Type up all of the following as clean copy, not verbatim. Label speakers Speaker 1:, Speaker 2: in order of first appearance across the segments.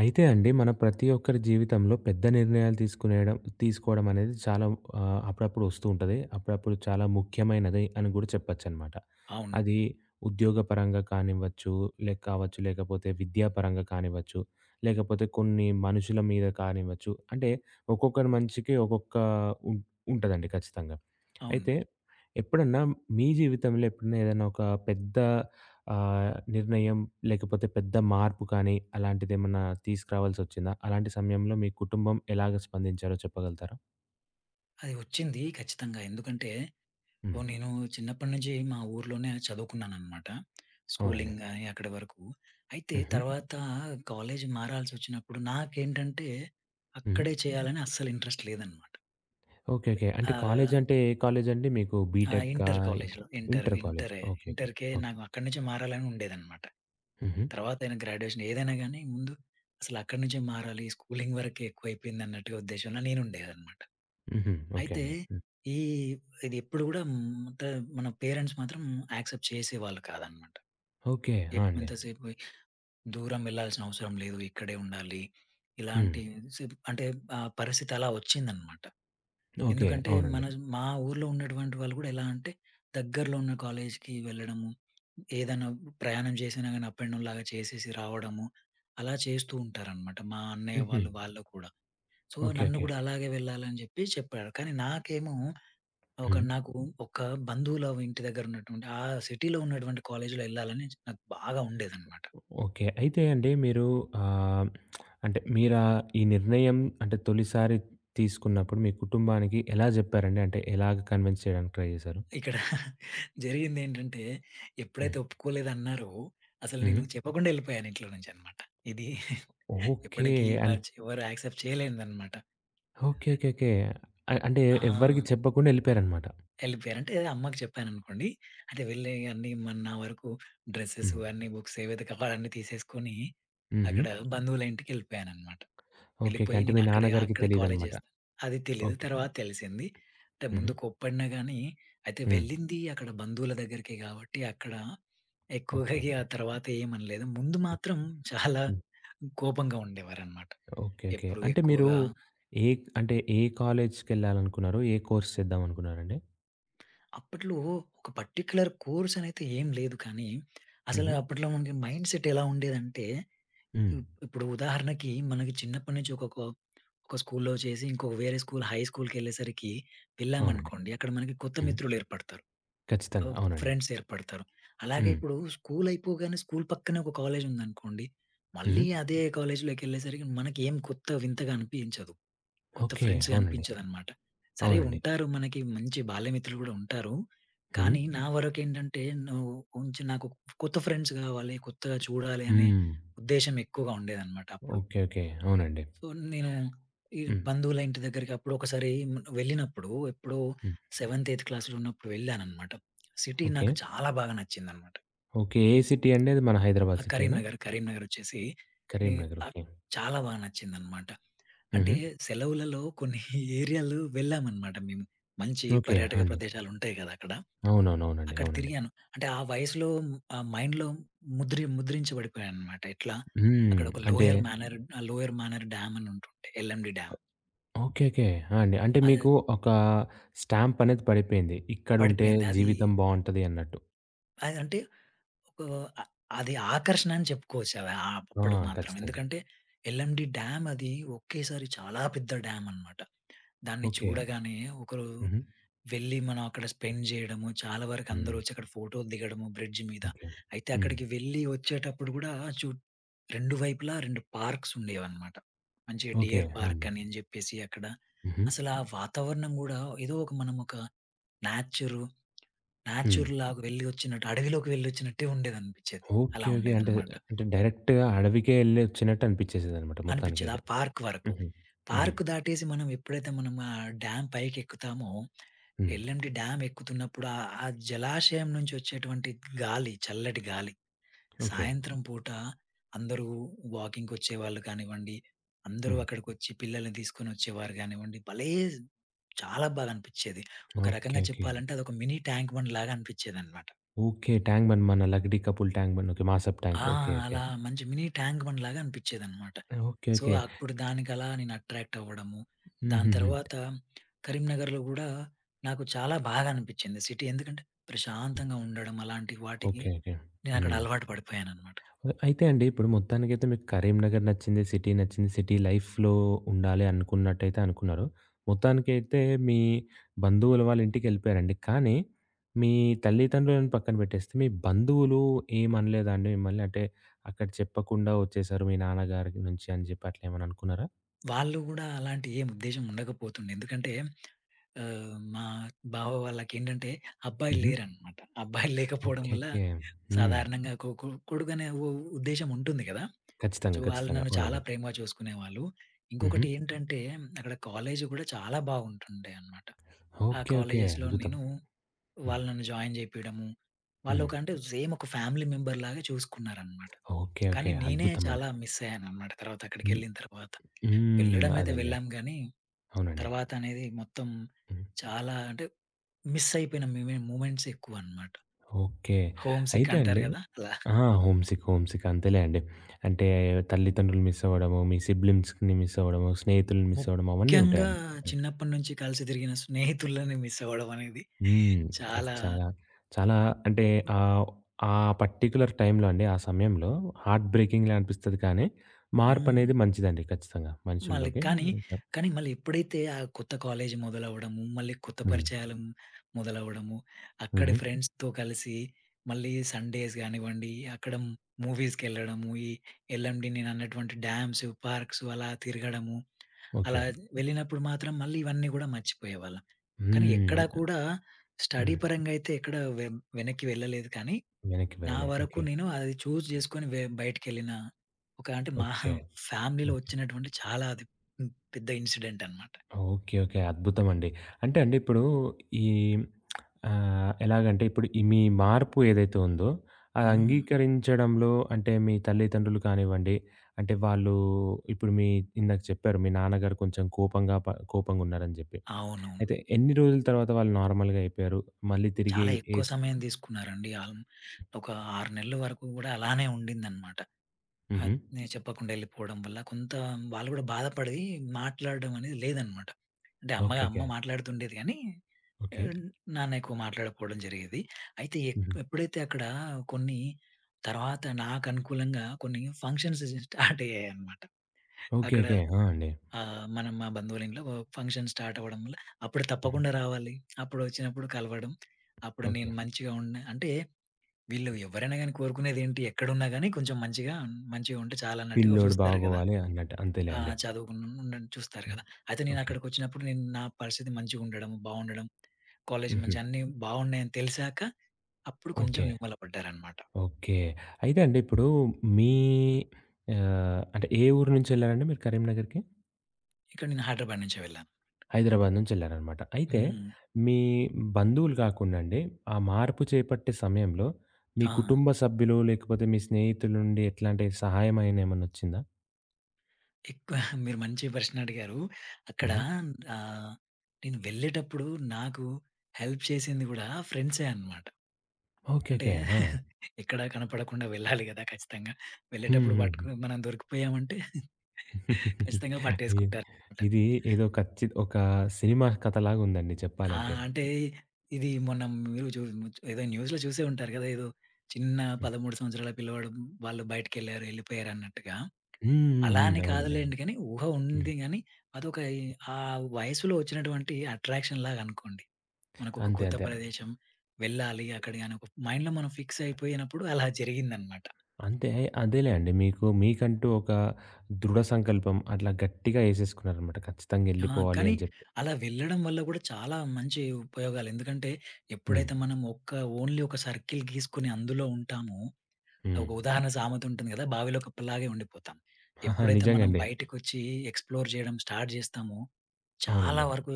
Speaker 1: అయితే అండి మన ప్రతి ఒక్కరి జీవితంలో పెద్ద నిర్ణయాలు తీసుకోవడం అనేది చాలా అప్పుడప్పుడు వస్తూ ఉంటది. అప్పుడప్పుడు చాలా ముఖ్యమైనది అని గూడా చెప్పొచ్చనమాట.
Speaker 2: అవును.
Speaker 1: అది ఉద్యోగపరంగా కానివ్వచ్చు, లేక కావచ్చు, లేకపోతే విద్యాపరంగా కానివ్వచ్చు, లేకపోతే కొన్ని మనుషుల మీద కానివ్వచ్చు. అంటే ఒక్కొక్కరి మనిషికి ఒక్కొక్క ఉం ఉంటదండి ఖచ్చితంగా.
Speaker 2: అవును.
Speaker 1: అయితే ఎప్పుడన్నా మీ జీవితంలో ఎప్పుడన్నా ఏదైనా ఒక పెద్ద నిర్ణయం లేకపోతే పెద్ద మార్పు కానీ అలాంటిదేమన్నా తీసుకురావాల్సొచ్చిందా? అలాంటి సమయంలో మీ కుటుంబం ఎలాగ స్పందించారో చెప్పగలుగుతారా?
Speaker 2: అది వచ్చింది ఖచ్చితంగా. ఎందుకంటే,
Speaker 1: హ్మ్.
Speaker 2: నేను చిన్నప్పటి నుంచి మా ఊర్లోనే చదువుకున్నాననమాట.
Speaker 1: అవునండి.
Speaker 2: స్కూలింగ్ గాని అక్కడి వరకు. అయితే
Speaker 1: హుహు.
Speaker 2: తర్వాత కాలేజ్ మారాల్సొచ్చినప్పుడు నాకేంటంటే,
Speaker 1: హ్మ్.
Speaker 2: అక్కడే చేయాలని అస్సలు ఇంట్రెస్ట్ లేదనమాట.
Speaker 1: ఓకే. ఓకే. అంటే కాలేజ్
Speaker 2: ఆహ్,
Speaker 1: అంటే ఏ కాలేజ్ అండి మీకు
Speaker 2: ఆ!
Speaker 1: బీటెకా?
Speaker 2: ఇంటర్
Speaker 1: ఇంటర్
Speaker 2: కాలేజ్‌లో. Inter
Speaker 1: inter college.
Speaker 2: ఇంటరే.
Speaker 1: ఓకే. ఓకే.
Speaker 2: ఇంటర్‌కే
Speaker 1: ఓకే.
Speaker 2: నాకు అక్కడి నుంచే మారాలని ఉండేదనమాట.
Speaker 1: హుహు.
Speaker 2: తర్వాతైనా గ్రాడ్యుయేషన్ ఏదైనా గానీ ముందు అసలక్కడి నుంచే మారాలి. స్కూలింగ్ వరకే ఎక్కువైపోయిందన్నట్టుగా ఉద్దేశంలో నేనుండేదనమాట.
Speaker 1: హుహు. ఓకే
Speaker 2: అయితే
Speaker 1: అండి. హ్మ్.
Speaker 2: ఈ ఇది ఎప్పుడు గూడా హ్మ్, త మన పేరెంట్స్ మాత్రం యాక్సెప్ట్ చేసేవాళ్ళు కాదనమాట.
Speaker 1: ఓకే. ఆ! అండి.
Speaker 2: ఎంతసేపు దూరం వెళ్ళాల్సిన అవసరం లేదు. ఇక్కడే ఉండాలి.
Speaker 1: హ్మ్.
Speaker 2: ఇలాంటి సిప్ అంటే ఆ పరిస్థితి అలా వచ్చిందనమాట.
Speaker 1: ఓకే.
Speaker 2: ఎందుకంటే
Speaker 1: అవునండి.
Speaker 2: మా ఊర్లో ఉన్నటువంటి వాళ్ళు గూడా ఎలా అంటే దగ్గరలో ఉన్న కాలేజ్‌కి వెళ్ళడము, ఏదైనా ప్రయాణం చేసినా గాని అప్ అండ్ డౌన్ లాగా చేసేసి రావడము, అలా చేస్తూ ఉంటారనమాట. మా అన్నయ్య
Speaker 1: హుహు.
Speaker 2: వాళ్ళు, కూడా. So,
Speaker 1: okay.
Speaker 2: నన్ను
Speaker 1: ఓకే.
Speaker 2: గూడా అలాగే వెళ్ళాలని జెప్పి చెప్పారు. కానీ నాకేమో ఒక
Speaker 1: హ్మ్.
Speaker 2: నాకు ఒక బంధువుల ఇంటి దగ్గర ఉన్నటువంటి ఆ సిటీలో ఉన్నటువంటి కాలేజ్‌లో ఎళ్ళాలని నాకు బాగా ఉండేదనమాట.
Speaker 1: ఓకే. అయితే అండి మీరు ఆహ్, అంటే మీరా ఈ నిర్ణయం అంటే తొలిసారి తీసుకున్నప్పుడు మీ కుటుంబానికి ఎలా జెప్పారండి? అంటే ఎలాగ కన్విన్స్ చేయడానికి ట్రై జేశారు?
Speaker 2: ఇక్కడ జరిగిందేంటంటే,
Speaker 1: హ్మ్.
Speaker 2: ఎప్పుడైతే ఒప్పుకోలేదన్నారో, అసలు
Speaker 1: హ్మ్.
Speaker 2: నేను చెప్పకుండా ఎళ్ళిపోయాను ఇంట్లో నుంచనమాట. ఇది
Speaker 1: ఓకే.
Speaker 2: ఎప్పటికీ
Speaker 1: అన్
Speaker 2: ఎవరు యాక్సెప్ట్ చేయలేనిదనమాట.
Speaker 1: ఓకే. ఓకే. ఓకే. అంటే
Speaker 2: ఆ!
Speaker 1: ఎవ్వరికీ చెప్పకుండా ఎళ్ళిపోయారనమాట.
Speaker 2: ఎళ్ళిపోయాను. అంటే అమ్మకి చెప్పాననుకోండి, అంటే వెళ్ళి అన్నీ నా వరకు డ్రెసెస్
Speaker 1: హ్మ్.
Speaker 2: అన్నీ బుక్స్ ఏవైతే కావాలో అన్నీ తీసేసుకొని,
Speaker 1: హుహు.
Speaker 2: అక్కడ బంధువుల ఇంటికెళ్ళిపోయాననమాట.
Speaker 1: ఓకే. ఓకే.
Speaker 2: వెళ్ళిపోయి
Speaker 1: అంటే మీ
Speaker 2: నేనక్కడే అక్కడే
Speaker 1: నాన్నగారికి
Speaker 2: అక్కడే కాలేజ్
Speaker 1: తెలీదనమాట.
Speaker 2: చేస్తా. అది తెలీదు.
Speaker 1: ఓకే.
Speaker 2: తర్వాత తెలిసింది. అంటే
Speaker 1: హుహు.
Speaker 2: ముందు కోప్పడినా గానీ, అయితే
Speaker 1: హ్మ్.
Speaker 2: వెళ్ళింది అక్కడ బంధువుల దగ్గరికే గాబట్టి, అక్కడ ఎక్కువగా
Speaker 1: ఓకే.
Speaker 2: ఇగ
Speaker 1: ఓకే.
Speaker 2: తర్వాత ఏమనలేదు. ముందు మాత్రం చాలా
Speaker 1: హ్మ్.
Speaker 2: కోపంగా ఉండేవారనమాట.
Speaker 1: ఓకే. ఓకే.
Speaker 2: ఎప్పుడు
Speaker 1: అంటే మీరు
Speaker 2: ఎక్కువగా
Speaker 1: ఏ అంటే ఏ కాలేజ్‌కెళ్ళాలనుకున్నారు? ఏ కోర్స్ చేద్దామనుకున్నారండి?
Speaker 2: అప్పట్లో ఒక పర్టిక్యులర్ కోర్సనైతే ఏం లేదు కానీ, అసలు
Speaker 1: హుహు.
Speaker 2: అప్పట్లో మనకి మైండ్‌సెట్ ఎలా ఉండేదంటే
Speaker 1: హ్మ్.
Speaker 2: ఇప్పుడు ఉదాహరణకి మనకి చిన్నప్పటి నుంచి ఒక స్కూల్‌లో చేసి వేరే స్కూల్ హై స్కూల్‌కెళ్ళేసరికి
Speaker 1: అవునండి.
Speaker 2: వెళ్ళామనుకోండి. అక్కడ మనకి కొత్త
Speaker 1: హ్మ్.
Speaker 2: మిత్రులు ఏర్పడతారు.
Speaker 1: ఖచ్చితంగా. అవునండి.
Speaker 2: ఫ్రెండ్స్ ఏర్పడతారు. అలాగే
Speaker 1: హ్మ్.
Speaker 2: ఇప్పుడు స్కూల్ అయిపోగానే స్కూల్ పక్కనే ఒక కాలేజ్ ఉందనుకోండి.
Speaker 1: హ్మ్.
Speaker 2: మళ్ళీ అదే కాలేజ్‌లోకెళ్ళేసరికి మనకేం కొత్త వింతగా అనిపించదు. కొత్త
Speaker 1: ఓకే.
Speaker 2: ఫ్రెండ్స్‌గా
Speaker 1: అవునండి.
Speaker 2: అనిపించదనమాట. సరే
Speaker 1: అవునండి.
Speaker 2: ఉంటారు మనకి మంచి బాల్యమిత్రులు గూడా ఉంటారు.
Speaker 1: హ్మ్.
Speaker 2: కానీ నా వరకేంటంటే నువ్వు కొంచెం నాకు కొత్త ఫ్రెండ్స్ గావాలి, కొత్తగా చూడాలి అనే
Speaker 1: హ్మ్.
Speaker 2: ఉద్దేశ్యం ఎక్కువగా ఉండేదనమాట అప్పుడు.
Speaker 1: ఓకే. ఓకే. అవునండి.
Speaker 2: సో, నేను ఈ
Speaker 1: హ్మ్.
Speaker 2: బంధువుల ఇంటి దగ్గరికి అప్పుడు ఒకసారి వెళ్ళినప్పుడు ఎప్పుడో
Speaker 1: హ్మ్.
Speaker 2: సెవెంత్, ఎయిత్ క్లాస్‌లో ఉన్నప్పుడు వెళ్ళాననమాట. City
Speaker 1: okay.
Speaker 2: నాకు చాలా బాగా నచ్చిందనమాట.
Speaker 1: ఓకే. ఏ సిటీ అండి అది? మన హైదరాబాద్
Speaker 2: ఆ!
Speaker 1: సిటీయేనా?
Speaker 2: కరీంనగర్. కరీంనగరొచ్చేసి నే
Speaker 1: కరీంనగర్.
Speaker 2: ఆహ్,
Speaker 1: ఓకే.
Speaker 2: చాలా బా నచ్చిందనమాట.
Speaker 1: హుహు.
Speaker 2: అంటే సెలవులలో కొన్ని ఏరియాలు వెళ్ళామనమాట మేము. మంచి
Speaker 1: ఓకే. ఆ!
Speaker 2: పర్యాటక
Speaker 1: అండి.
Speaker 2: ప్రదేశాలుంటాయి గదా! అక్కడ.
Speaker 1: అవునవునవునండి.
Speaker 2: అక్కడ
Speaker 1: అవునండి.
Speaker 2: తిరిగాను. అంటే ఆ వయసులో ఆ మైండ్‌లో ముద్రించబడిపోయాననమాట. ఎట్లా
Speaker 1: హ్మ్.
Speaker 2: అక్కడ ఒక
Speaker 1: అంటే
Speaker 2: లోయర్ మేనర్ ఆ లోయర్ మేనర్ డ్యామ్ అని ఉంటుండే. LMD dam.
Speaker 1: ఓకే. ఓకే. ఆ! అండి. అంటే
Speaker 2: అది
Speaker 1: మీకు ఒక స్టాంప్ అనేది పడిపోయింది. ఇక్కడుంటే
Speaker 2: పడిపోయింది. అది
Speaker 1: జీవితం బావుంటది అన్నట్టు.
Speaker 2: అదంటే ఒక అ అది ఆకర్షణ అని చెప్పుకోవచ్చు.
Speaker 1: ఆ!
Speaker 2: అప్పుడు మాత్రం.
Speaker 1: ఖచ్చితంగా.
Speaker 2: ఎందుకంటే ఎల్‌ఎం‌డి డ్యామ్ అది ఒకేసారి చాలా పెద్ద డ్యామనమాట. దాన్ని
Speaker 1: ఓకే.
Speaker 2: చూడగానే ఒకరు
Speaker 1: హుహు.
Speaker 2: వెళ్ళి మనం అక్కడ స్పెండ్ జేయడము. చాలా వరకు
Speaker 1: హ్మ్.
Speaker 2: అందరూ వచ్చి అక్కడ ఫోటోలు దిగడము బ్రిడ్జ్ మీద.
Speaker 1: ఓకే.
Speaker 2: అయితే
Speaker 1: హ్మ్.
Speaker 2: అక్కడికి వెళ్ళి వచ్చేటప్పుడు గూడా చు 2 వైపులా 2 పార్క్స్ ఉండేవన్నమాట. మంచిగా
Speaker 1: ఓకే.
Speaker 2: డియర్
Speaker 1: ఆ!
Speaker 2: పార్క్
Speaker 1: అండి.
Speaker 2: అని జెప్పేసి అక్కడ
Speaker 1: హుహు.
Speaker 2: అసలు ఆ వాతావరణం గూడా ఏదో ఒక మనం ఒక నేచరు
Speaker 1: హ్మ్.
Speaker 2: నేచర్ లాగా వెళ్ళి వచ్చినట్టు అడవిలోకి వెళ్ళొచ్చినట్టే ఉండేదనిపించేది.
Speaker 1: ఓకే.
Speaker 2: అలా
Speaker 1: ఓకే. అంటే,
Speaker 2: ఉండేదన్నమాట.
Speaker 1: అంటే డైరెక్ట్‌గా అడవికే ఎళ్లొచ్చినట్టు అనిపిచ్చేసేదనమాట
Speaker 2: అనిపిచ్చదు. ఆ
Speaker 1: మొత్తానికైతే.
Speaker 2: పార్క్ వరకు.
Speaker 1: హుహు. హుహు.
Speaker 2: పార్క్ దాటేసి మనం ఆ డ్యామ్ పైకెక్కుతామో,
Speaker 1: హ్మ్.
Speaker 2: ఎల్‌ఎంటీ డ్యామ్ ఎక్కుతున్నప్పుడు ఆ జలాశయం నుంచి వచ్చేటువంటి గాలి, చల్లటి గాలి,
Speaker 1: ఓకే.
Speaker 2: సాయంత్రం పూట అందరూ వాకింగ్‌కొచ్చేవాళ్ళు కానివ్వండి, అందరూ
Speaker 1: హ్మ్.
Speaker 2: అక్కడికొచ్చి పిల్లల్ని తీసుకొనొచ్చేవారు గానివ్వండి, భలే చాలా బాగా అనిపిచ్చేది. ఒక
Speaker 1: ఓకే.
Speaker 2: రకంగా
Speaker 1: ఓకే.
Speaker 2: చెప్పాలంటే అదొక మినీ ట్యాంక్ బండ్ లాగా అనిపిచ్చేదనమాట.
Speaker 1: ఓకే. ట్యాంక్ బండ్ మన Lakdikapul tank bund okay. Masab tank.
Speaker 2: ఆ!
Speaker 1: ఓకే. ఓకే.
Speaker 2: అలా మంచి మినీ ట్యాంక్ బండ్ లాగా అనిపిచ్చేదనమాట.
Speaker 1: ఓకే.
Speaker 2: So,
Speaker 1: okay.
Speaker 2: అప్పుడు దానికలా నేను అట్రాక్ట్ అవ్వడము. దాని
Speaker 1: హుహుహు.
Speaker 2: తర్వాత కరీంనగర్‌లో గూడా నాకు చాలా బాగా అనిపిచ్చింది సిటీ. ఎందుకంటే ప్రశాంతంగా ఉండడం అలాంటి వాటికి
Speaker 1: ఓకే. ఓకే.
Speaker 2: నేనక్కడ
Speaker 1: హ్మ్.
Speaker 2: అలవాటు పడిపోయాననమాట.
Speaker 1: అయితే అండి, ఇప్పుడు మొత్తానికైతే మీకు కరీంనగర్ నచ్చింది, సిటీ నచ్చింది, సిటీ లైఫ్‌లో ఉండాలి అనుకున్నట్టయితే అనుకున్నారు. మొత్తానికైతే మీ బంధువుల వాళ్ళ ఇంటికెళ్ళిపోయారండి. కానీ, మీ తల్లిదండ్రులను పక్కన పెట్టేస్తే, మీ బంధువులు ఏమనలేదా అండి మిమ్మల్ని? అంటే, అక్కడ చెప్పకుండా వచ్చేసారు మీ నాన్నగారి నుంచి అని చెప్పి అట్లా ఏమైనా అనుకున్నారా?
Speaker 2: వాళ్ళు గూడా అలాంటి ఏం ఉద్దేశ్యం ఉండకపోతుండే. ఎందుకంటే మా బావ వాళ్ళకేంటంటే అబ్బాయిలు
Speaker 1: హుహు.
Speaker 2: లేరనమాట. అబ్బాయిలు లేకపోవడం
Speaker 1: ఓకే.
Speaker 2: వల్ల
Speaker 1: ఓకే. హ్మ్.
Speaker 2: సాధారణంగా కొ కొ కొడుకనే ఉద్దేశ్యం ఉంటుంది గదా! సో,
Speaker 1: ఖచ్చితంగా.
Speaker 2: వాళ్ళు
Speaker 1: ఖచ్చితంగా.
Speaker 2: నన్ను చాలా
Speaker 1: అవునండి.
Speaker 2: ప్రేమగా చూసుకునేవాళ్ళు.
Speaker 1: హుహు.
Speaker 2: ఇంకొకటి ఏంటంటే అక్కడ కాలేజు కూడా చాలా బాగుంటుండేనమాట. ఆ
Speaker 1: ఓకే. ఓకే.
Speaker 2: కాలేజెస్‌లో
Speaker 1: అద్భుతం.
Speaker 2: నేను
Speaker 1: హ్మ్.
Speaker 2: వాళ్ళు నన్ను జాయిన్ జేపియడము,
Speaker 1: హ్మ్.
Speaker 2: వాళ్ళొక అంటే సేమ్ ఒక ఫ్యామిలీ మెంబర్ లాగా చూసుకున్నారనమాట.
Speaker 1: ఓకే.
Speaker 2: కానీ
Speaker 1: ఓకే.
Speaker 2: నేనే
Speaker 1: అద్భుతమండి.
Speaker 2: చాలా మిస్ అయ్యాననమాట తర్వాత
Speaker 1: హ్మ్.
Speaker 2: అక్కడికెళ్ళిన తర్వాత.
Speaker 1: హ్మ్.
Speaker 2: వెళ్ళడం అయితే
Speaker 1: అదేలెండి.
Speaker 2: వెళ్ళాం గానీ,
Speaker 1: అవునండి.
Speaker 2: తర్వాత అనేది మొత్తం
Speaker 1: హ్మ్.
Speaker 2: చాలా అంటే మిస్ అయిపోయిన మూమెంట్స్ ఎక్కువనమాట.
Speaker 1: ఓకే.
Speaker 2: హోమ్ సిక్
Speaker 1: అయితే
Speaker 2: అంటారు
Speaker 1: అండి
Speaker 2: గదా! అలా.
Speaker 1: ఆ! హోమ్‌సిక్, హోమ్‌సిక్ అంతేలే అండి. అంటే తల్లిదండ్రులు మిస్ అవ్వడము, మీ సిబ్లింగ్స్‌ని మిస్ అవ్వడము, స్నేహితులను మిస్ అవ్వడం అవన్నీ
Speaker 2: ముఖ్యంగా
Speaker 1: ఉంటాయండి. రైట్.
Speaker 2: చిన్నప్పటి నుంచి కలిసి తిరిగిన స్నేహితులని మిస్ అవ్వడం అనేది
Speaker 1: హ్మ్. అది
Speaker 2: చాలా.
Speaker 1: చాలా, చాలా అంటే ఆహ్, ఆ పర్టిక్యులర్ టైమ్‌లో అండి, ఆ సమయంలో హార్ట్ బ్రేకింగ్‌లా అనిపిస్తది కానీ,
Speaker 2: హ్మ్.
Speaker 1: మార్పనేది మంచిదండి ఖచ్చితంగా
Speaker 2: మళ్ళీ
Speaker 1: మనుషుల్లోకి.
Speaker 2: కానీ, కానీ మళ్ళీ ఎప్పుడైతే ఆ కొత్త కాలేజ్ మొదలవ్వడము, మళ్ళీ కొత్త
Speaker 1: హ్మ్.
Speaker 2: పరిచయాలు మొదలవ్వడము, అక్కడి
Speaker 1: హుహు.
Speaker 2: ఫ్రెండ్స్‌తో కలిసి మళ్ళీ సండేస్ గానివ్వండి, అక్కడ మూవీస్‌కెళ్ళడము, ఎల్ఎండి నేనన్నటువంటి డ్యామ్స్, పార్క్స్ అలా తిరగడము.
Speaker 1: ఓకే.
Speaker 2: అలా వెళ్ళినప్పుడు మాత్రం మళ్ళీ ఇవన్నీ గూడా మర్చిపోయేవాళ్ళం. కానీ ఎక్కడా
Speaker 1: హ్మ్.
Speaker 2: కూడా స్టడీ
Speaker 1: హ్మ్.
Speaker 2: పరంగా అయితే ఎక్కడ వె వెనక్కి వెళ్ళలేదు కానీ,
Speaker 1: వెనక్కి
Speaker 2: నా
Speaker 1: వెళ్ళలే.
Speaker 2: వరకు
Speaker 1: ఓకే.
Speaker 2: నేను అది చూజ్ చేసుకొని బయటికెళ్ళిన ఒక అంటే మా
Speaker 1: ఓకే.
Speaker 2: ఫ్యామిలీలో
Speaker 1: ఓకే.
Speaker 2: వచ్చినటువంటి చాలా అది హ్మ్. పెద్ద ఇన్సిడెంట్ అనమాట.
Speaker 1: ఓకే. ఓకే. అద్భుతమండి. అంటే అండి ఇప్పుడు ఈ ఎలాగంటే ఇప్పుడు ఈ మీ మార్పు ఏదైతే ఉందో అది
Speaker 2: హ్మ్.
Speaker 1: అంగీకరించడంలో అంటే మీ తల్లిదండ్రులు కానివ్వండి, అంటే వాళ్ళు ఇప్పుడు మీ ఇందాక చెప్పారు మీ నాన్నగారు కొంచెం కోపంగా ప కోపంగున్నారని జెప్పి.
Speaker 2: అవునవును.
Speaker 1: అయితే ఎన్ని రోజుల తర్వాత వాళ్ళు నార్మల్‌గా అయిపోయారు? మళ్ళీ తిరిగి
Speaker 2: చాలా ఎక్కువ
Speaker 1: ఏస్
Speaker 2: సమయం తీసుకున్నారండి. ఒక 6 నెలల వరకు గూడా అలానే ఉండిందనమాట.
Speaker 1: హుహు.
Speaker 2: అది నేను చెప్పకుండా వెళ్ళిపోవడం వల్ల కొంత వాళ్ళు గూడా బాధపడి మాట్లాడడం అనేది లేదనమాట. అంటే
Speaker 1: ఓకే.
Speaker 2: అమ్మ
Speaker 1: ఓకే.
Speaker 2: మాట్లాడుతుండేది గానీ,
Speaker 1: ఓకే.
Speaker 2: ఆహ్, నాన్న ఎక్కువ మాట్లాడకపోవడం జరిగేది. అయితే
Speaker 1: హుహు.
Speaker 2: ఎప్పుడైతే అక్కడ కొన్ని తర్వాత నాకనుకూలంగా కొన్ని ఫంక్షన్స్ స్టార్ట్ అయ్యాయన్నమాట.
Speaker 1: ఓకే.
Speaker 2: అక్కడ
Speaker 1: ఓకే. ఆ! అండి.
Speaker 2: మనం మా బంధువుల ఇంట్లో ఫంక్షన్ స్టార్ట్ అవ్వడం వల్ల అప్పుడు
Speaker 1: హుహు.
Speaker 2: తప్పకుండా రావాలి. అప్పుడు వచ్చినప్పుడు కలవడం. అప్పుడు
Speaker 1: ఓకే.
Speaker 2: నేను మంచిగా ఉన్నా అంటే వీళ్ళు ఎవరైనా గాని కోరుకునేదేంటి ఎక్కడున్నా గాని కొంచెం మంచిగా మంచిగా ఉంటే చాలన్నట్టుగా
Speaker 1: పిల్లోడు
Speaker 2: చూస్తారు గదా!
Speaker 1: బాగోవాలి అన్నట్టు. అంతేలే
Speaker 2: ఆ!
Speaker 1: అండి.
Speaker 2: చదువుకున్న చూస్తారు
Speaker 1: హ్మ్.
Speaker 2: కదా! అయితే
Speaker 1: ఓకే.
Speaker 2: నేనక్కడికొచ్చినప్పుడు నేను నా పరిస్థితి మంచిగుండడం, బావుండడం, కాలేజ్
Speaker 1: హుహు.
Speaker 2: మంచి అన్నీ బావున్నాయని తెలిసాక అప్పుడు కొంచెం
Speaker 1: ఓకే.
Speaker 2: నిమ్మలపడ్డారనమాట.
Speaker 1: ఓకే. అయితే అండి ఇప్పుడు మీ అంటే ఏ ఊరు నుంచెళ్లారండి మీరు కరీంనగర్‌కి?
Speaker 2: ఇక్కడ నేను హైదరాబాద్ నుంచే వెళ్ళాను.
Speaker 1: హైదరాబాద్ నుంచెళ్లారనమాట. అయితే
Speaker 2: హ్మ్.
Speaker 1: మీ బంధువులు కాకుండా అండి, ఆ మార్పు చేపట్టే సమయంలో మీ
Speaker 2: ఆ!
Speaker 1: కుటుంబ సభ్యులు, లేకపోతే మీ స్నేహితుల నుండి ఎట్లాంటి సహాయమైన ఏమన్నొచ్చిందా?
Speaker 2: ఎక్కువ మీరు మంచి ప్రశ్న అడిగారు. అక్కడ
Speaker 1: హుహు.
Speaker 2: ఆహ్, నేను వెళ్ళేటప్పుడు నాకు హెల్ప్ చేసింది గూడా ఫ్రెండ్సే అనమాట.
Speaker 1: ఓకే.
Speaker 2: అంటే
Speaker 1: ఓకే. ఆ!
Speaker 2: ఎక్కడ కనపడకుండా వెళ్ళాలి గదా! ఖచ్చితంగా.
Speaker 1: హ్మ్.
Speaker 2: వెళ్ళేటప్పుడు
Speaker 1: హ్మ్.
Speaker 2: పట్టుకు
Speaker 1: హ్మ్.
Speaker 2: మనం దొరికిపోయామంటే ఖచ్చితంగా
Speaker 1: అయ్యో!
Speaker 2: పట్టేసుకుంటారనమాట.
Speaker 1: ఇది ఏదో ఒక సినిమా కథలాగుందండి
Speaker 2: ఆ!
Speaker 1: చెప్పాలంటే.
Speaker 2: అంటే ఇది మొన్న మీరు చూ ఏదో న్యూస్‌లో చూసే ఉంటారు కదా! ఏదో చిన్న
Speaker 1: హ్మ్.
Speaker 2: 13 సంవత్సరాల పిల్లవాడు వాళ్ళు బయటికెళ్లారు, ఎళ్ళిపోయారు అన్నట్టుగా.
Speaker 1: హ్మ్.
Speaker 2: అలా
Speaker 1: హ్మ్.
Speaker 2: అని
Speaker 1: అవునండి. అవును.
Speaker 2: కాదులేండి కానీ ఊహ
Speaker 1: హ్మ్.
Speaker 2: ఉంది గానీ, అదొక ఆ వయసులో వచ్చినటువంటి అట్రాక్షన్‌లాగా అనుకోండి. మనకొక
Speaker 1: అంతే.
Speaker 2: కొత్త
Speaker 1: అంతే.
Speaker 2: ప్రదేశం వెళ్ళాలి అక్కడ గాని ఒక మైండ్‌లో మనం ఫిక్స్ అయిపోయినప్పుడు అలా జరిగిందనమాట.
Speaker 1: అంతే. అదేలెండి. మీకు మీకంటూ ఒక దృఢ సంకల్పం అట్లా గట్టిగా ఏసేసుకున్నారనమాట. ఖచ్చితంగా
Speaker 2: ఆ!
Speaker 1: ఎళ్ళిపోవాలి
Speaker 2: కానీ
Speaker 1: అని చెప్పి.
Speaker 2: అలా వెళ్ళడం వల్ల కూడా చాలా మంచి ఉపయోగాలు. ఎందుకంటే
Speaker 1: హ్మ్.
Speaker 2: ఎప్పుడైతే మనం ఓన్లీ ఒక సర్కిల్ గీసుకొని అందులో ఉంటామో
Speaker 1: హ్మ్.
Speaker 2: ఒక ఉదాహరణ సామెత ఉంటుంది కదా! బావిలో కప్పలాగే ఉండిపోతాం.
Speaker 1: ఆహా!
Speaker 2: ఎప్పుడైతే మనం
Speaker 1: నిజంగండి.
Speaker 2: బయటికొచ్చి ఎక్స్‌ప్లోర్ చేయడం స్టార్ట్ జేస్తామో, చాలా
Speaker 1: అవునండి.
Speaker 2: వరకు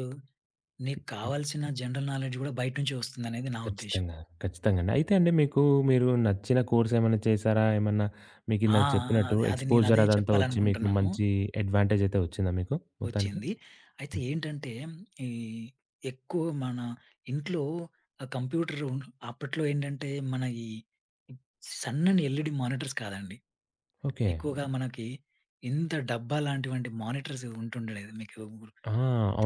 Speaker 2: నీకు కావాల్సిన జనరల్ నాలెడ్జ్ గూడా బయట నుంచే వస్తుందనేది నా ఉద్దేశ్యం.
Speaker 1: ఖచ్చితంగా. ఖచ్చితంగాండి. అయితే అండి మీకు మీరు నచ్చిన కోర్స్ ఏమన్నా చేసారా? ఏమన్నా
Speaker 2: ఆ!
Speaker 1: మీకిందాక చెప్పినట్టు
Speaker 2: అది అది నేను
Speaker 1: ఎక్స్‌పోజర్
Speaker 2: అదే
Speaker 1: అదంతా వచ్చి మీకు
Speaker 2: చెప్పాలనుకుంటున్నాను.
Speaker 1: మంచి అడ్వాంటేజ్ అయితే వచ్చిందా మీకు మొత్తానికి?
Speaker 2: వచ్చింది. అయితే
Speaker 1: హ్మ్.
Speaker 2: ఏంటంటే ఈ ఎక్కువ మన ఇంట్లో ఆ కంప్యూటర్ అప్పట్లో ఏంటంటే మన సన్నని ఎల్‌ఈడి మానిటర్స్ కాదండి.
Speaker 1: ఓకే.
Speaker 2: ఎక్కువగా మనకి ఇంత డబ్బా లాంటివంటి మానిటర్స్ ఉంటుండేది. మీకు
Speaker 1: ఆ!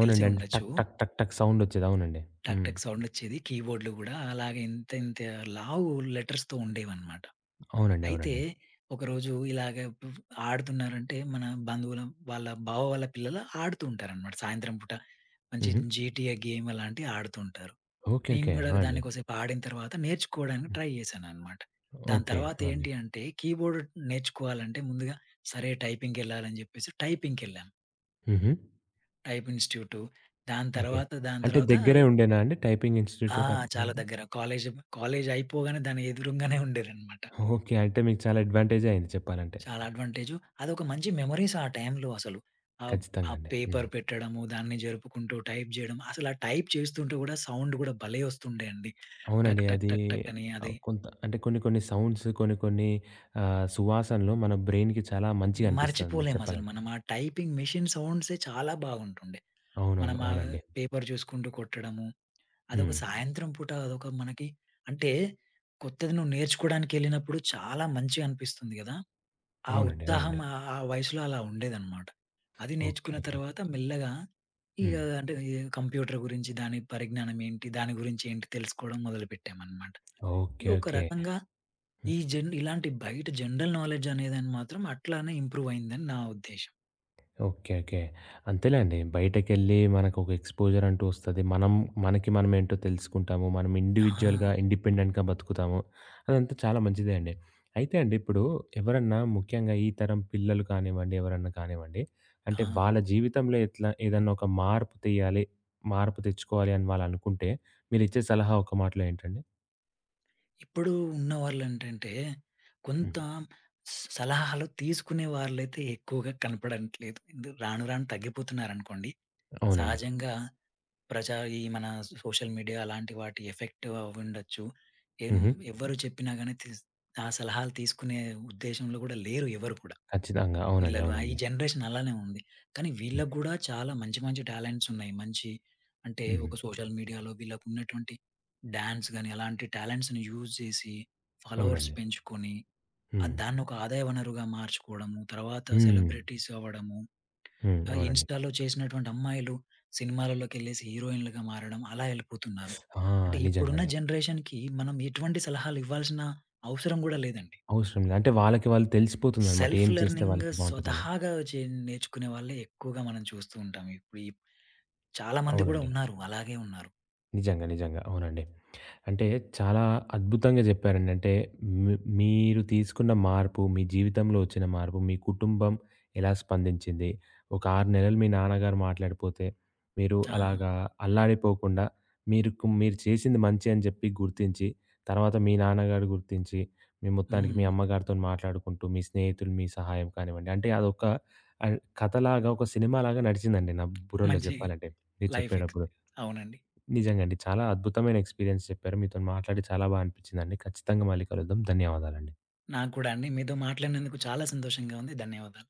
Speaker 2: తెలిసే
Speaker 1: అంటే
Speaker 2: ఉండొచ్చు.
Speaker 1: టక్ టక్ టక్ టక్ సౌండ్ వచ్చేది. అవునండి.
Speaker 2: టక్
Speaker 1: హ్మ్.
Speaker 2: టక్ సౌండొచ్చేది. కీబోర్డ్‌లు గూడా అలాగే ఇంత ఇంత లావు లెటర్స్‌తో ఉండేవన్నమాట.
Speaker 1: అవునండి.
Speaker 2: అయితే
Speaker 1: అవునండి.
Speaker 2: ఒకరోజు ఇలాగ ఆడుతున్నారంటే బంధువుల వాళ్ళ బావ వాళ్ళ పిల్లలు ఆడుతూ ఉంటారన్నమాట. సాయంత్రం పూట మంచి
Speaker 1: హుహు.
Speaker 2: జీటీఏ గేమ్ అలాంటివి ఆడుతూ ఉంటారు.
Speaker 1: ఓకే.
Speaker 2: నేను
Speaker 1: ఓకే.
Speaker 2: గూడా
Speaker 1: ఆ! అండి.
Speaker 2: దాన్ని కోసేపు ఆడిన తర్వాత నేర్చుకోవడానికి
Speaker 1: హ్మ్.
Speaker 2: ట్రై చేశానన్నమాట. దాని
Speaker 1: ఓకే.
Speaker 2: తర్వాత
Speaker 1: ఆ! అండి.
Speaker 2: ఏంటి అంటే కీబోర్డ్ నేర్చుకోవాలంటే ముందుగా సరే టైపింగ్‌కెళ్ళాలని జెప్పేసి టైపింగ్‌కెళ్ళాను.
Speaker 1: హుహు.
Speaker 2: Type institute
Speaker 1: okay.
Speaker 2: దాని
Speaker 1: అంటే
Speaker 2: తర్వాత
Speaker 1: దగ్గరే ఉండేనా అండి టైపింగ్
Speaker 2: ఆ!
Speaker 1: ఇన్‌స్టిట్యూట్
Speaker 2: చాలా
Speaker 1: అప్పుడంతా?
Speaker 2: దగ్గర. కాలేజ్ అయిపోగానే దాని ఎదురుంగానే ఉండేదన్నమాట.
Speaker 1: ఓకే. అంటే మీకు చాలా అడ్వాంటేజే అయింది చెప్పాలంటే.
Speaker 2: చాలా అడ్వాంటేజు. అదొక మంచి మెమోరీస్ ఆ టైంలో అసలు. ఆహ్, ఆ
Speaker 1: ఖచ్చితంగా అండి. హ్మ్.
Speaker 2: పేపర్ పెట్టడము, దాన్ని జరుపుకుంటూ టైప్ చేయడం. అసలు ఆ టైప్ చేస్తుంటే కూడా సౌండ్ కూడా భలే వస్తుండే అండి.
Speaker 1: అవునండి.
Speaker 2: టక్ టక్
Speaker 1: అది
Speaker 2: టక్ టక్ అని అది
Speaker 1: కొంత అంటే కొన్ని కొన్ని సౌండ్స్, కొన్ని కొన్ని సువాసనలు మన బ్రెయిన్‌కి చాలా మంచిగనిపిస్తదనమాట
Speaker 2: మర్చిపోలేం అసలు.
Speaker 1: చెప్పాలంటే.
Speaker 2: మనం ఆ టైపింగ్ మెషిన్ సౌండ్సే చాలా బాగుంటుండే. మనం
Speaker 1: అవునవును.
Speaker 2: ఆ
Speaker 1: అవునండి.
Speaker 2: పేపర్ చూసుకుంటూ కొట్టడము.
Speaker 1: హ్మ్.
Speaker 2: సాయంత్రం పూట అదొక మనకి అంటే కొత్తది నువ్వు నేర్చుకోవడానికెళ్ళినప్పుడు చాలా మంచిగా అనిపిస్తుంది కదా! ఆ
Speaker 1: అవునండి.
Speaker 2: ఉత్సాహం
Speaker 1: అవునండి.
Speaker 2: ఆ ఆ వయసులో అలా ఉండేదనమాట. అది
Speaker 1: ఓకే.
Speaker 2: నేర్చుకున్న
Speaker 1: ఓకే.
Speaker 2: తర్వాత మెల్లగా ఇగ
Speaker 1: హ్మ్.
Speaker 2: అంటే ఈ కంప్యూటర్ గురించి దాని పరిజ్ఞానం ఏంటి? దాని గురించి ఏంటి? తెలుసుకోవడం మొదలుపెట్టామనమాట.
Speaker 1: ఓకే.
Speaker 2: ఇగ ఒక
Speaker 1: ఓకే.
Speaker 2: రకంగా ఈ జన్ ఇలాంటి బయట జనరల్ నాలెడ్జ్ అనేదని మాత్రం అట్లానే ఇంప్రూవ్ అయిందని నా ఉద్దేశ్యం.
Speaker 1: ఓకే. ఓకే. అంతేలేండి. బయటకెళ్ళి మనకొక ఎక్స్‌పోజర్ అంటూ వస్తది. మనం మనకి మనమేంటో తెలుసుకుంటాము. మనం
Speaker 2: ఆ!
Speaker 1: ఇండివిడ్యుయల్‌గా, ఇండిపెండెంట్‌గా బతుకుతాము. అదంతా చాలా మంచిదే అండి. అయితే అండి ఇప్పుడు ఎవరన్నా ముఖ్యంగా ఈ తరం పిల్లలు కానివ్వండి, ఎవరన్నా కానివ్వండి, అంటే
Speaker 2: ఆ!
Speaker 1: వాళ్ళ జీవితంలో ఎట్లా ఏదన్నా ఒక మార్పు తెయ్యాలి, మార్పు తెచ్చుకోవాలి అని వాళ్ళనుకుంటే మీరిచ్చే సలహా ఒక్క మాటలో ఏంటండి?
Speaker 2: ఇప్పుడు ఉన్న వాళ్ళేంటంటే కొంత
Speaker 1: హ్మ్.
Speaker 2: సలహాలు తీసుకునే వాళ్ళైతే ఎక్కువగా కనపడట్లేదు. ఎందు రాను రాను తగ్గిపోతున్నారనుకోండి.
Speaker 1: అవునండి.
Speaker 2: సహజంగా ప్రజా ఈ మన సోషల్ మీడియా అలాంటి వాటి ఎఫెక్ట్ అవ్వుండొచ్చు. ఏం
Speaker 1: హుహు.
Speaker 2: ఎవ్వరు చెప్పినా గాని ఆ సలహాలు తీసుకునే ఉద్దేశంలో గూడా లేరు ఎవరు కూడా.
Speaker 1: ఖచ్చితంగా. అవునండి.
Speaker 2: పిల్లలు ఆ ఈ
Speaker 1: అవునండి.
Speaker 2: జనరేషన్ అలానే ఉంది. కానీ
Speaker 1: హ్మ్.
Speaker 2: వీళ్ళకి గూడా చాలా మంచి మంచి టాలెంట్స్ ఉన్నాయి. మంచి అంటే
Speaker 1: హ్మ్.
Speaker 2: ఒక సోషల్ మీడియాలో వీళ్ళకున్నటువంటి డాన్స్ గాని అలాంటి టాలెంట్స్‌ని యూజ్ చేసి ఫాలోవర్స్
Speaker 1: అవునండి.
Speaker 2: పెంచుకొని
Speaker 1: హ్మ్.
Speaker 2: దాన్నొక ఆదాయ వనరుగా మార్చుకోవడము. తర్వాత
Speaker 1: హ్మ్.
Speaker 2: సెలబ్రిటీస్ అవ్వడము.
Speaker 1: హ్మ్.
Speaker 2: ఆ
Speaker 1: అవునండి.
Speaker 2: ఇన్‌స్టా‌లో చేసినటువంటి అమ్మాయిలు సినిమాలలోకెళ్ళేసి హీరోయిన్‌లుగా మారడం అలా ఎళ్ళిపోతున్నారు.
Speaker 1: ఆ!
Speaker 2: అంటే
Speaker 1: నిజంగా
Speaker 2: ఇప్పుడున్న
Speaker 1: అండి.
Speaker 2: జనరేషన్‌కి మనం ఎటువంటి సలహాలు ఇవ్వాల్సిన అవసరం గూడా లేదండి.
Speaker 1: అవసరం లేదు. అంటే వాళ్ళకి వాళ్ళు తెలిసిపోతుందనమాట.
Speaker 2: సెల్ఫ్
Speaker 1: ఏం చేస్తే
Speaker 2: లెర్నింగ్
Speaker 1: వాళ్ళకి బావుంటదని.
Speaker 2: స్వతహాగా నేర్చుకునే వాళ్ళే ఎక్కువగా మనం చూస్తూ ఉంటాం. ఇప్పుడు చాలా మంది గూడా
Speaker 1: అవునండి.
Speaker 2: ఉన్నారు. అలాగే ఉన్నారు.
Speaker 1: నిజంగా. నిజంగా. అవునండి. అంటే చాలా అద్భుతంగా చెప్పారండి. అంటే మీ మీరు తీసుకున్న మార్పు, మీ జీవితంలో వచ్చిన మార్పు, మీ కుటుంబం ఎలా స్పందించింది? ఒక 6 నెలలు మీ నాన్నగారు మాట్లాడిపోతే, మీరు
Speaker 2: ఆ!
Speaker 1: అలాగా అల్లాడిపోకుండా మీరుకు మీరు చేసింది మంచే అని చెప్పి గుర్తించి, తర్వాత మీ నాన్నగారు గుర్తించి, మీ మొత్తానికి మీ
Speaker 2: హ్మ్.
Speaker 1: అమ్మగారితోని మాట్లాడుకుంటూ, మీ స్నేహితులు మీ సహాయం కానివ్వండి, అంటే అదొక కథలాగా, ఒక సినిమాలాగా నడిచిందండి నా బుర్రలో
Speaker 2: మంచి
Speaker 1: చెప్పాలంటే మీరు
Speaker 2: లైఫ్
Speaker 1: చెప్పేటప్పుడు.
Speaker 2: ఎక్స్‌పీ అవునండి.
Speaker 1: నిజంగా అండి. చాలా అద్భుతమైన ఎక్స్‌పీరియన్స్ చెప్పారు. మీతోని మాట్లాడి చాలా బా అనిపించిందండి. ఖచ్చితంగా మళ్ళీ కలుద్దాం. ధన్యవాదాలండి.
Speaker 2: నాకు కూడా అండి. మీతో మాట్లాడినందుకు చాలా సంతోషంగా ఉంది. ధన్యవాదాలు.